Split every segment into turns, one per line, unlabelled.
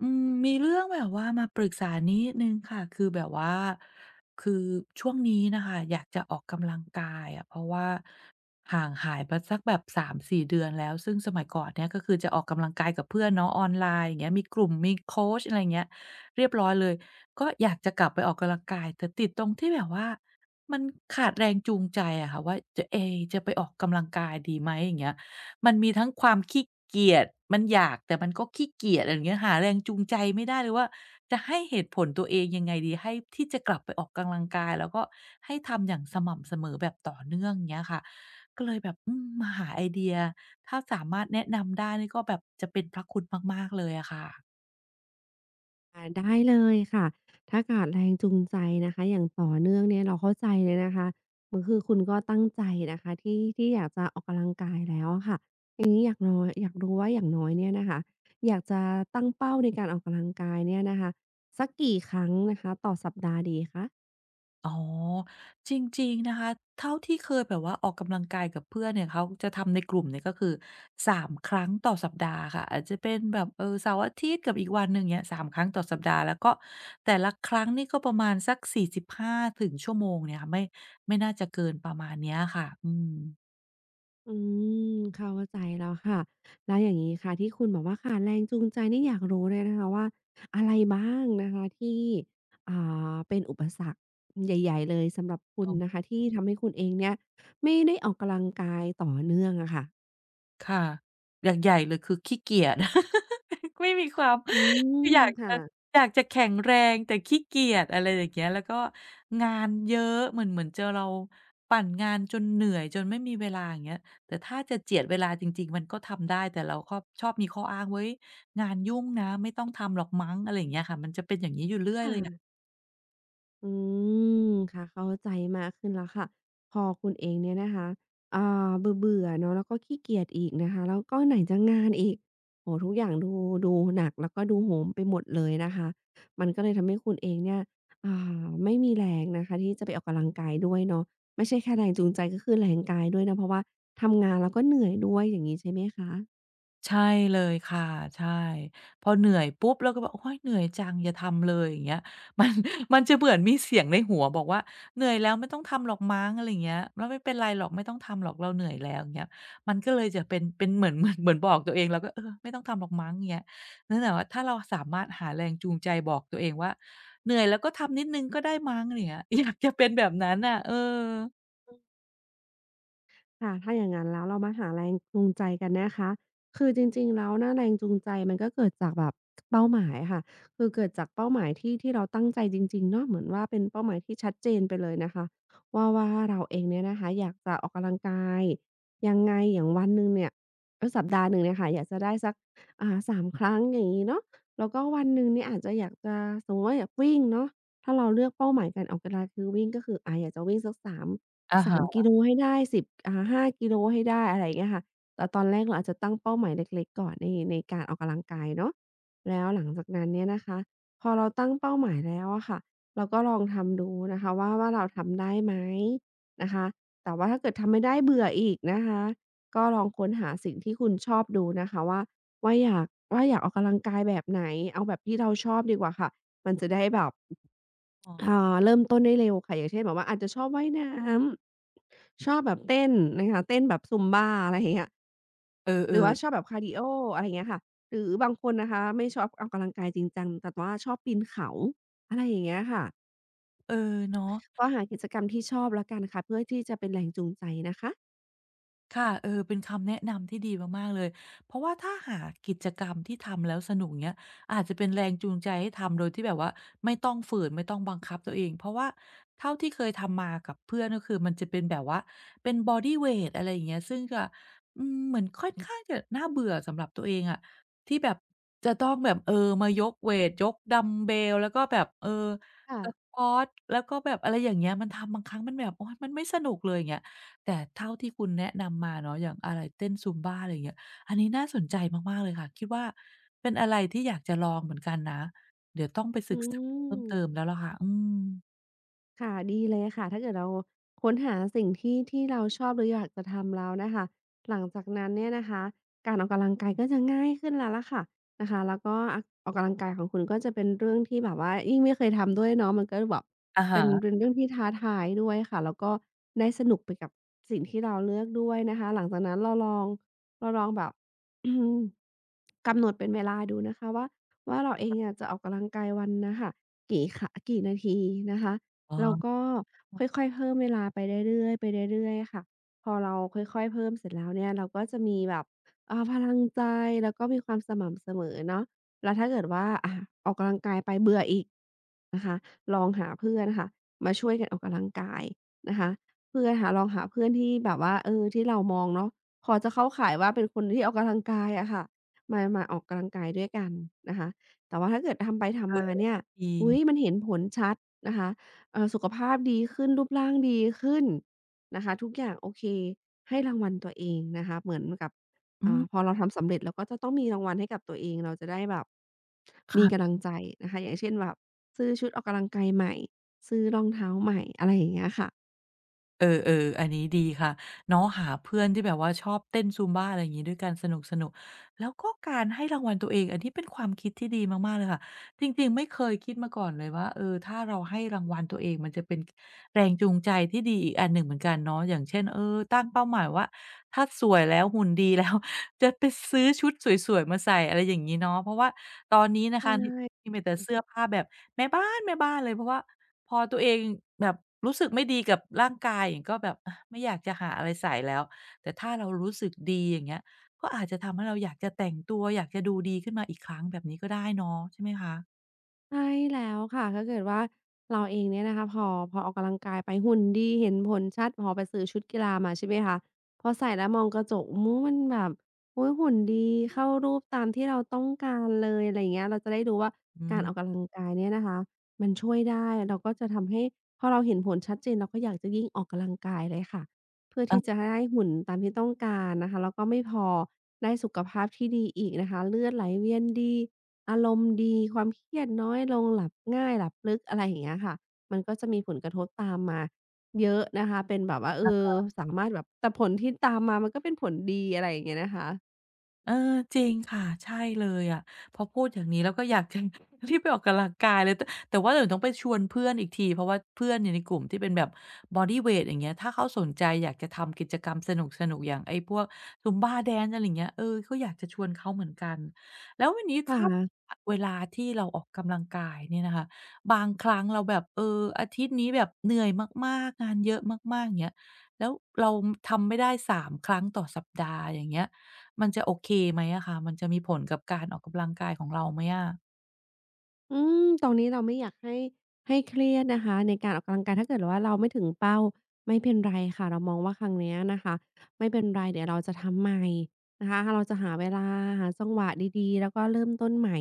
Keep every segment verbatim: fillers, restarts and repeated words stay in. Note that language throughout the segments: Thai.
อืมมีเรื่องแบบว่ามาปรึกษานิดนึงค่ะคือแบบว่าคือช่วงนี้นะคะอยากจะออกกำลังกายอะเพราะว่าห่างหายไปสักแบบสสามสี่เดือนแล้วซึ่งสมัยก่อนเนี่ยก็คือจะออกกำลังกายกับเพื่อนเนาะออนไลน์อย่างเงี้ยมีกลุ่มมีโคชอะไรเงี้ยเรียบร้อยเลยก็อยากจะกลับไปออกกำลังกายแต่ติดตรงที่แบบว่ามันขาดแรงจูงใจอะค่ะว่าจะเอจะไปออกกำลังกายดีไหมอย่างเงี้ย มันมีทั้งความขี้เกียจมันอยากแต่มันก็ขี้เกียจอะไรอย่างเงี้ยหาแรงจูงใจไม่ได้เลยว่าจะให้เหตุผลตัวเองยังไงดีให้ที่จะกลับไปออกกำลังกายแล้วก็ให้ทำอย่างสม่ำเสมอแบบต่อเนื่องเงี้ยค่ะก็เลยแบบอืมมาหาไอเดียถ้าสามารถแนะนำได้นี่ก็แบบจะเป็นพระคุณมากๆเลยอะค่ะ
อาได้เลยค่ะ ถ้าขาดแรงจูงใจนะคะอย่างต่อเนื่องเนี่ยเราเข้าใจเลยนะคะมันคือคุณก็ตั้งใจนะคะที่ที่อยากจะออกกำลังกายแล้วอะค่ะอย่างนี้อยากน้อยอยากรู้ว่าอย่างน้อยเนี่ยนะคะอยากจะตั้งเป้าในการออกกำลังกายเนี่ยนะคะสักกี่ครั้งนะคะต่อสัปดาห์ดีคะ
อ๋อจริงๆนะคะเท่าที่เคยแบบว่าออกกำลังกายกับเพื่อนเนี่ยเขาจะทำในกลุ่มเนี่ยก็คือสามครั้งต่อสัปดาห์ค่ะอาจจะเป็นแบบเออเสาร์อาทิตย์กับอีกวันหนึ่งเงี้ยสามครั้งต่อสัปดาห์แล้วก็แต่ละครั้งนี่ก็ประมาณสักสี่สิบห้าถึงชั่วโมงเนี่ยค่ะไม่ไม่น่าจะเกินประมาณเนี้ยค่ะอืม
อืมเข้าใจแล้วค่ะแล้วอย่างนี้ค่ะที่คุณบอกว่าขาดแรงจูงใจนี่อยากรู้เลยนะคะว่าอะไรบ้างนะคะที่อ่าเป็นอุปสรรคใหญ่ๆเลยสำหรับคุณนะคะที่ทำให้คุณเองเนี่ยไม่ได้ออกกำลังกายต่อเนื่องอะค่ะ
ค่ะอย่างใหญ่เลยคือขี้เกียจ ไม่มีความ
อื
คือ
ม
อยาก
ค่ะ
จะอยากจะแข็งแรงแต่ขี้เกียจอะไรอย่างเงี้ยแล้วก็งานเยอะเหมือนเหมือนเจอเราปั่นงานจนเหนื่อยจนไม่มีเวลาอย่างเงี้ยแต่ถ้าจะเจียดเวลาจริงๆมันก็ทำได้แต่เราก็ชอบมีข้ออ้างเว้ยงานยุ่งนะไม่ต้องทำหรอกมั้งอะไรอย่างเงี้ยค่ะมันจะเป็นอย่างนี้อยู่เรื่อ
ค
ยเลย
่ะ อืมค่ะเข้าใจมากขึ้นแล้วค่ะพอคุณเองเนี่ยนะคะอ่าเบื่อๆเนาะแล้วก็ขี้เกียจอีกนะคะแล้วก็ไหนจะงานอีกโอ้โฮทุกอย่างดูดูหนักแล้วก็ดูโหมไปหมดเลยนะคะมันก็เลยทำให้คุณเองเนี่ยอ่าไม่มีแรงนะคะที่จะไปออกกำลังกายด้วยเนาะไม่ใช่แค่แรงจูงใจก็คือแรงกายด้วยนะเพราะว่าทำงานแล้วก็เหนื่อยด้วยอย่างงี้ใช่ไหมคะ
ใช่เลยค่ะใช่พอเหนื่อยปุ๊บเราก็แบบโอ๊ยเหนื่อยจังอย่าทำเลยอย่างเงี้ย มันมันจะเหมือนมีเสียงในหัวบอกว่าเหนื่อยแล้วไม่ต้องทำหรอกมั้งอะไรอย่างเงี้ยแล้วไม่เป็นไรหรอกไม่ต้องทำหรอกเราเหนื่อยแล้วอย่างเงี้ยมันก็เลยจะเป็นเป็นเหมือน เหมือนเหมือนบอกตัวเองเราก็เออไม่ต้องทำหรอกมั้งอย่างเงี้ยนั่นแหละว่าถ้าเราสามารถหาแรงจูงใจบอกตัวเองว่าเหนื่อยแล้วก็ทำนิดหนึ่งก็ได้มั้งอะไรอย่างเงี้ย อยากจะเป็นแบบนั้นน่ะเออ
ค่ะถ้าอย่างนั้นแล้วเรามาหาแรงจูงใจกันนะคะคือจริงๆแล้วนะแรงจูงใจมันก็เกิดจากแบบเป้าหมายค่ะคือเกิดจากเป้าหมายที่ที่เราตั้งใจจริงๆเนาะเหมือนว่าเป็นเป้าหมายที่ชัดเจนไปเลยนะคะว่าว่าเราเองเนี่ยนะคะอยากจะออกกำลังกายยังไงอย่างวันหนึ่งเนี่ยเอ๊ยสัปดาห์หนึ่งเนี่ยค่ะอยากจะได้สักอ่าสามครั้งอย่างงี้เนาะแล้วก็วันหนึ่งเนี่ยอาจจะอยากจะสมมุติว่าอยากวิ่งเนาะถ้าเราเลือกเป้าหมายการออกกำลังคือวิ่งก็คืออ่าอยากจะวิ่งสักสาม
อะ
สาม
ฮะ
กิโลให้ได้สิบอ่าห้ากิโลให้ได้อะไรอย่างเงี้ยค่ะแต่ตอนแรกเราอาจจะตั้งเป้าหมายเล็กๆก่อนในในการออกกำลังกายเนาะแล้วหลังจากนั้นเนี่ยนะคะพอเราตั้งเป้าหมายแล้วอะค่ะเราก็ลองทำดูนะคะว่าว่าเราทำได้ไหมนะคะแต่ว่าถ้าเกิดทำไม่ได้เบื่ออีกนะคะก็ลองค้นหาสิ่งที่คุณชอบดูนะคะว่าว่าอยากว่าอยากออกกำลังกายแบบไหนเอาแบบที่เราชอบดีกว่าค่ะมันจะได้แบบ
เออ
อ่าเริ่มต้นได้เร็วค่ะอย่างเช่นแบบว่าอาจจะชอบว่ายน้ำชอบแบบเต้นนะคะเต้นแบบ Zumba อะไรอย่างเงี้ย
เออ
หรือว่าชอบ
ๆ
แบบคาร์ดีโออะไรอย่างเงี้ยค่ะหรือบางคนนะคะไม่ชอบออกกำลังกายจริงจังแต่ว่าชอบปีนเขาอะไรอย่างเงี้ยค่ะ
เออเนาะ
ก็หากิจกรรมที่ชอบแล้วกันค่ะเพื่อที่จะเป็นแรงจูงใจนะคะ
ค่ะเออเป็นคำแนะนำที่ดีมากๆเลยเพราะว่าถ้าหากิจกรรมที่ทำแล้วสนุกเงี้ยอาจจะเป็นแรงจูงใจให้ทำโดยที่แบบว่าไม่ต้องฝืนไม่ต้องบังคับตัวเองเพราะว่าเท่าที่เคยทำมากับเพื่อนก็คือมันจะเป็นแบบว่าเป็นบอดีเวตอะไรอย่างเงี้ยซึ่งจะอืมเหมือนค่อนข้างจะน่าเบื่อสำหรับตัวเองอะที่แบบจะต้องแบบเออมายกเวตยกดัมบ์เบลแล้วก็แบบเออ
ค่ะ
สควอตแล้วก็แบบอะไรอย่างเงี้ยมันทำบางครั้งมันแบบโอ๊ยมันไม่สนุกเลยอย่างเงี้ย แต่เท่าที่คุณแนะนำมาเนาะอย่างอะไรเต้นซูมบ้าอะไรอย่างเงี้ยอันนี้น่าสนใจมากๆเลยค่ะคิดว่าเป็นอะไรที่อยากจะลองเหมือนกันนะเดี๋ยวต้องไป
อื
ศึกษาเพิ่ม
ม
เติมแล้วล่ะค่ะอืม
ค่ะดีเลยค่ะถ้าเกิดเราค้นหาสิ่งที่ที่เราชอบหรืออยากจะทำแล้วนะคะหลังจากนั้นเนี่ยนะคะการออกกำลังกายก็จะง่ายขึ้นแล้วล่ะค่ะนะคะแล้วก็ออกออกกำลังกายของคุณก็จะเป็นเรื่องที่แบบว่ายิ่งไม่เคยทำด้วยเนาะมันก็แบบ
อะ
เป็นเป็
ฮะ
นเรื่องที่ท้าทายด้วยค่ะแล้วก็ได้สนุกไปกับสิ่งที่เราเลือกด้วยนะคะหลังจากนั้นเราลองเราลองแบบ กำหนดเป็นเวลาดูนะคะว่าว่าเราเองเนี่ยจะออกกำลังกายวันน่ะค่ะกี่ขะกี่นาทีนะคะ
อ๋อ
แล้วก็ค่อยๆเพิ่มเวลาไปเรื่อยๆไปเรื่อยๆค่ะพอเราค่อยๆเพิ่มเสร็จแล้วเนี่ยเราก็จะมีแบบอ่าพลังใจแล้วก็มีความสม่ำเสมอเนาะแล้วถ้าเกิดว่าอะออกกำลังกายไปเบื่ออีก นะคะลองหาเพื่อนค่ะมาช่วยกันออกกำลังกายนะคะเพื่อนหาลองหาเพื่อนที่แบบว่าเออที่เรามองเนาะพอจะเข้าข่ายว่าเป็นคนที่ออกกำลังกายอะค่ะมามาออกกำลังกายด้วยกันนะคะแต่ว่าถ้าเกิดทำไป
เออ
ทำมาเนี่ย
ดี
อุ๊ยมันเห็นผลชัดนะคะเอ่อสุขภาพดีขึ้นรูปร่างดีขึ้นนะคะทุกอย่างโอเคให้รางวัลตัวเองนะคะเหมือนกับ
อืม
อ่าพอเราทำสำเร็จเราก็จะต้องมีรางวัลให้กับตัวเองเราจะได้แบบมี
ค่ะ
กำลังใจนะคะอย่างเช่นแบบ ซื้อชุดออกกำลังกายใหม่ ซื้อรองเท้าใหม่ อะไรอย่างเงี้ยค่ะ
เออๆอออันนี้ดีค่ะเนาะหาเพื่อนที่แบบว่าชอบเต้น Zumba อะไรอย่างงี้ด้วยกันสนุกๆแล้วก็การให้รางวัลตัวเองอันนี้เป็นความคิดที่ดีมากๆเลยค่ะจริงๆไม่เคยคิดมาก่อนเลยว่าเออถ้าเราให้รางวัลตัวเองมันจะเป็นแรงจูงใจที่ดีอีกอันหนึ่งเหมือนกันเนาะอย่างเช่นเออตั้งเป้าหมายว่าถ้าสวยแล้วหุ่นดีแล้ว จะไปซื้อชุดสวยๆมาใส่อะไรอย่างงี้เนาะเพราะว่าตอนนี้นะ
ใช
คะนิ
่
มีมีแต่เสื้อผ้าแบบแม่บ้านๆเลยเพราะว่าพอตัวเองแบบรู้สึกไม่ดีกับร่างกายอย่างงี้ก็แบบอะไม่อยากจะหาอะไรใส่แล้วแต่ถ้าเรารู้สึกดีอย่างเงี้ยก็อาจจะทำให้เราอยากจะแต่งตัวอยากจะดูดีขึ้นมาอีกครั้งแบบนี้ก็ได้เนาะใช่ไหมคะ
ใช่แล้วค่ะถ้าเกิดว่าเราเองเนี่ยนะคะพอพอออกกำลังกายไปหุ่นดีเห็นผลชัดพอไปซื้อชุดกีฬามาใช่ไหมคะพอใส่แล้วมองกระจกโอ้โฮมันแบบโอ๊ยหุ่นดีเข้ารูปตามที่เราต้องการเลยอะไรอย่างเงี้ยเราจะได้รู้ว่า
อื
การออก
ม
กำลังกายเนี่ยนะคะมันช่วยได้เราก็จะทำให้พอเราเห็นผลชัดเจนเราก็อยากจะยิ่งออกกำลังกายเลยค่ะเพื่อที่จะได้หุ่นตามที่ต้องการนะคะแล้วก็ไม่พอได้สุขภาพที่ดีอีกนะคะเลือดไหลเวียนดี อารมณ์ดีความเครียดน้อยลงหลับง่ายหลับลึกอะไรอย่างเงี้ยค่ะมันก็จะมีผลกระทบตามมาเยอะนะคะเป็นแบบว่าเออสามารถแบบแต่ผลที่ตามมามันก็เป็นผลดีอะไรอย่างเงี้ยนะคะ
เออจริงค่ะใช่เลยอะพอพูดอย่างนี้แล้วก็อยากจะ รีบไปออกกำลังกายเลยแต่แต่ว่าเดี๋ยวต้องไปชวนเพื่อนอีกทีเพราะว่าเพื่อนเนี่ยในกลุ่มที่เป็นแบบบอดีเวตอย่างเงี้ยถ้าเขาสนใจอยากจะทำกิจกรรมสนุกๆอย่างไอ้พวก ซุมบ้าแดนซ์ อะไรอย่างเงี้ยเออก็อยากจะชวนเขาเหมือนกันแล้ววันนี้
ค่
ถ้า
ะ
อเวลาที่เราออกกำลังกายเนี่ยนะคะบางครั้งเราแบบเอออาทิตย์นี้แบบเหนื่อยมากๆงานเยอะมากๆอย่างเงี้ยแล้วเราทำไม่ได้สามครั้งต่อสัปดาห์อย่างเงี้ย มันจะโอเคไหมอะค่ะมันจะมีผลกับการออกกำลังกายของเราไหมอะ
อืมตรงนี้เราไม่อยากให้ให้เครียดนะคะในการออกกำลังกายถ้าเกิดว่าเราไม่ถึงเป้าไม่เป็นไรค่ะเรามองว่าครั้งเนี้ยนะคะไม่เป็นไรเดี๋ยวเราจะทำใหม่นะคะเราจะหาเวลาหาจังหวะดีๆแล้วก็เริ่มต้นใหม่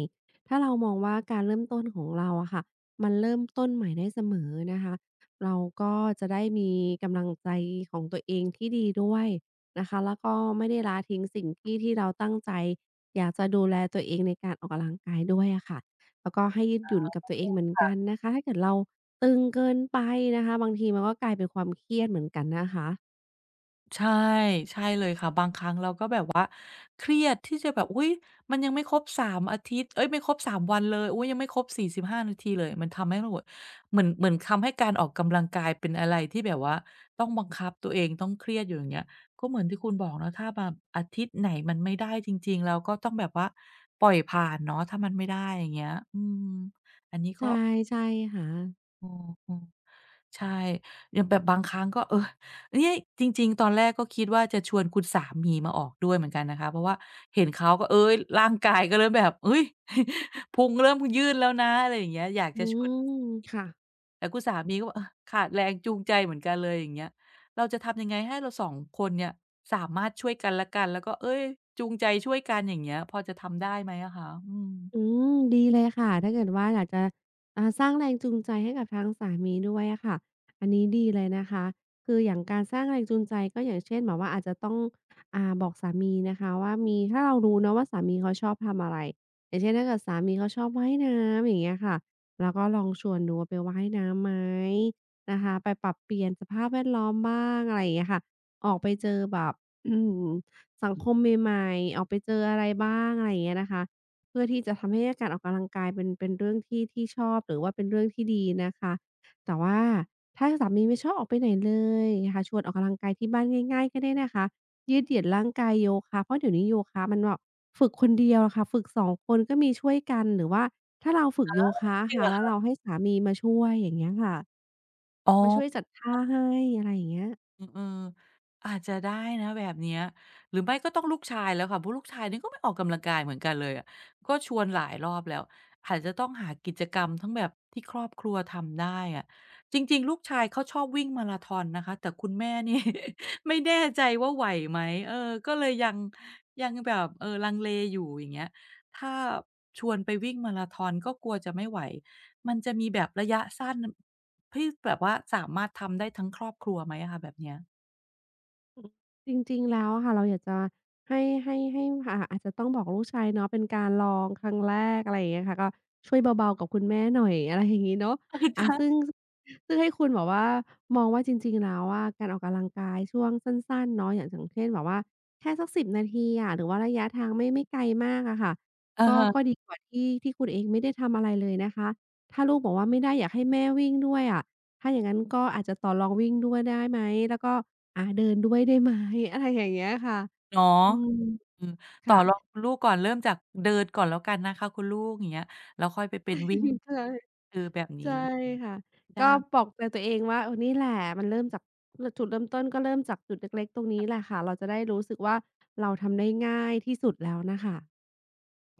ถ้าเรามองว่าการเริ่มต้นของเราอะค่ะมันเริ่มต้นใหม่ได้เสมอนะคะเราก็จะได้มีกำลังใจของตัวเองที่ดีด้วยนะคะแล้วก็ไม่ได้ละทิ้งสิ่งที่ที่เราตั้งใจอยากจะดูแลตัวเองในการออกกำลังกายด้วยอะค่ะ แล้วก็ให้ยืดหยุ่นกับตัวเองเหมือนกันนะคะ ถ้าเกิดเราตึงเกินไปนะคะบางทีมันก็กลายเป็นความเครียดเหมือนกันนะคะ
ใช่ใช่เลยค่ะบางครั้งเราก็แบบว่าเครียดที่จะแบบอุ๊ยมันยังไม่ครบสามอาทิตย์เอ๊ยไม่ครบสามวันเลยอุ๊ยยังไม่ครบสี่สิบห้านาทีเลย มันทำให้เราแบบเหมือนเหมือนทำให้การออกกำลังกายเป็นอะไรที่แบบว่าต้องบังคับตัวเองต้องเครียดอยู่อย่างเงี้ยก็เหมือนที่คุณบอกเนาะถ้าแบบอาทิตย์ไหนมันไม่ได้จริงๆเราก็ต้องแบบว่าปล่อยผ่านเนาะถ้ามันไม่ได้อย่างเงี้ยอืมอันนี้ก็
ใช่ใช่ค่ะ
เออๆ ใช่อย่างแบบบางครั้งก็เออเนี่ยจริงๆ ตอนแรกก็คิดว่าจะชวนคุณสามีมาออกด้วยเหมือนกันนะคะเพราะว่าเห็นเขาก็เอ๊ยร่างกายก็เริ่มแบบเฮ้ย พุงเริ่มยืดแล้วนะอะไรอย่างเงี้ยอยาก
อื
จะชวน
มค่ะ
แต่คุณสามีก็บอกเออขาดแรงจูงใจเหมือนกันเลยอย่างเงี้ยเราจะทำยังไงให้เราสองคนเนี่ยสามารถช่วยกันและกัน แล้วก็เอ๊ยจูงใจช่วยกันอย่างเงี้ยพอจะทำได้ไหมอะคะอืม
อืมดีเลยค่ะถ้าเกิดว่าอยากจะอ่าสร้างแรงจูงใจให้กับทางสามีด้วยอะค่ะอันนี้ดีเลยนะคะคืออย่างการสร้างแรงจูงใจก็อย่างเช่นแบบว่าอาจจะต้องอ่าบอกสามีนะคะว่ามีถ้าเรารู้เนาะว่าสามีเขาชอบทำอะไรอย่างเช่นถ้าเกิดสามีเขาชอบว่ายน้ำอย่างเงี้ยค่ะเราก็ลองชวนดูว่าไปว่ายน้ำไหมนะคะไปปรับเปลี่ยนสภาพแวดล้อมบ้างอะไรอย่างเงี้ยค่ะออกไปเจอแบบอืมสังคมใหม่ๆออกไปเจออะไรบ้างอะไรอย่างเงี้ยนะคะ เพื่อที่จะทำให้การออกกำลังกายเป็นเป็นเรื่องที่ที่ชอบหรือว่าเป็นเรื่องที่ดีนะคะแต่ว่าถ้าสามีไม่ชอบออกไปไหนเลยนะคะชวนออกกำลังกายที่บ้านง่ายๆก็ได้นะคะยืดเหยียดร่างกายโยคะเพราะเดี๋ยวนี้โยคะมันแบบฝึกคนเดียวอะค่ะฝึกสองคนก็มีช่วยกันหรือว่าถ้าเราฝึกโยคะ
จ
อะ
ริง
ค่ะ
เหรอ
แล้ว
คะ
เราให้สามีมาช่วยอย่างเงี้ยค่ะ
อ๋อ
มาช่วยจัดท่าให้อะไรอย่างเงี้ย
เออๆอาจจะได้นะแบบเนี้ยหรือไม่ก็ต้องลูกชายแล้วค่ะเพราะลูกชายนี่ก็ไม่ออกกำลังกายเหมือนกันเลยอะก็ชวนหลายรอบแล้วอาจจะต้องหากิจกรรมทั้งแบบที่ครอบครัวทำได้อะจริงๆลูกชายเขาชอบวิ่งมาราธอนนะคะแต่คุณแม่นี่ ไม่แน่ใจว่าไหวไหมเออก็เลยยังยังแบบเออลังเลอยู่อย่างเงี้ยถ้าชวนไปวิ่งมาราธอนก็กลัวจะไม่ไหวมันจะมีแบบระยะสั้นที่แบบว่าสามารถทำได้ทั้งครอบครัวไหมอะคะแบบเนี้ย
จริงๆแล้วอะค่ะเราอยากจะให้ให้ให้อ่าอาจจะต้องบอกลูกชายเนาะเป็นการลองครั้งแรกอะไรอย่างเงี้ยค่ะก็ช่วยเบาๆกับคุณแม่หน่อย อะไรอย่างงี้เนาะ
เออ
อาซึ่
จ้ะ
งซึ่งให้คุณแบบว่ามองว่าจริงๆแล้วอะการออกกำลังกายช่วงสั้นๆเนาะอย่างอย่างเช่นแบบว่าแค่สักสิบนาทีอะหรือว่าระยะทางไม่ไม่ไกลมากอะค่ะก็ก็
เออ
ดีกว่าที่ที่คุณเองไม่ได้ทำอะไรเลยนะคะถ้าลูกบอกว่าไม่ได้อยากให้แม่วิ่งด้วยอะ ถ้าอย่างงั้นก็อาจจะต่อรองวิ่งด้วยได้ไหมแล้วก็อ่าเดินด้วยได้ไหม อะไรอย่างเงี้ยค่ะ
เนาะ
อืม
อืมต่อ
ค่ะ
รองคุณลูกก่อนเริ่มจากเดินก่อนแล้วกันนะคะคุณลูกอย่างเงี้ยแล้วค่อยไปเป็นวิ่ง
ใช่
คือแบบนี้
ใช่ค่ะก็
ได้
ปลอบใจตัวเองว่าเออนี่แหละมันเริ่มจากรจุดเริ่มต้นก็เริ่มจากจุดเล็กๆตรงนี้แหละค่ะเราจะได้รู้สึกว่าเราทำได้ง่ายที่สุดแล้วน่ะค่ะ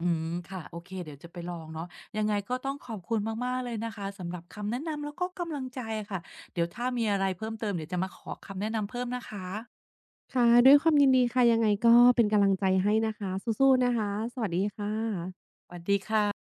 อืมค่ะโอเคเดี๋ยวจะไปลองเนาะยังไงก็ต้องขอบคุณมากๆเลยนะคะสำหรับคำแนะนำแล้วก็กำลังใจอะค่ะเดี๋ยวถ้ามีอะไรเพิ่มเติมเดี๋ยวจะมาขอคำแนะนำเพิ่มนะคะ
ค่ะด้วยความยินดีค่ะยังไงก็เป็นกำลังใจให้นะคะสู้ๆนะคะสวัสดีค่ะ
สวัสดีค่ะ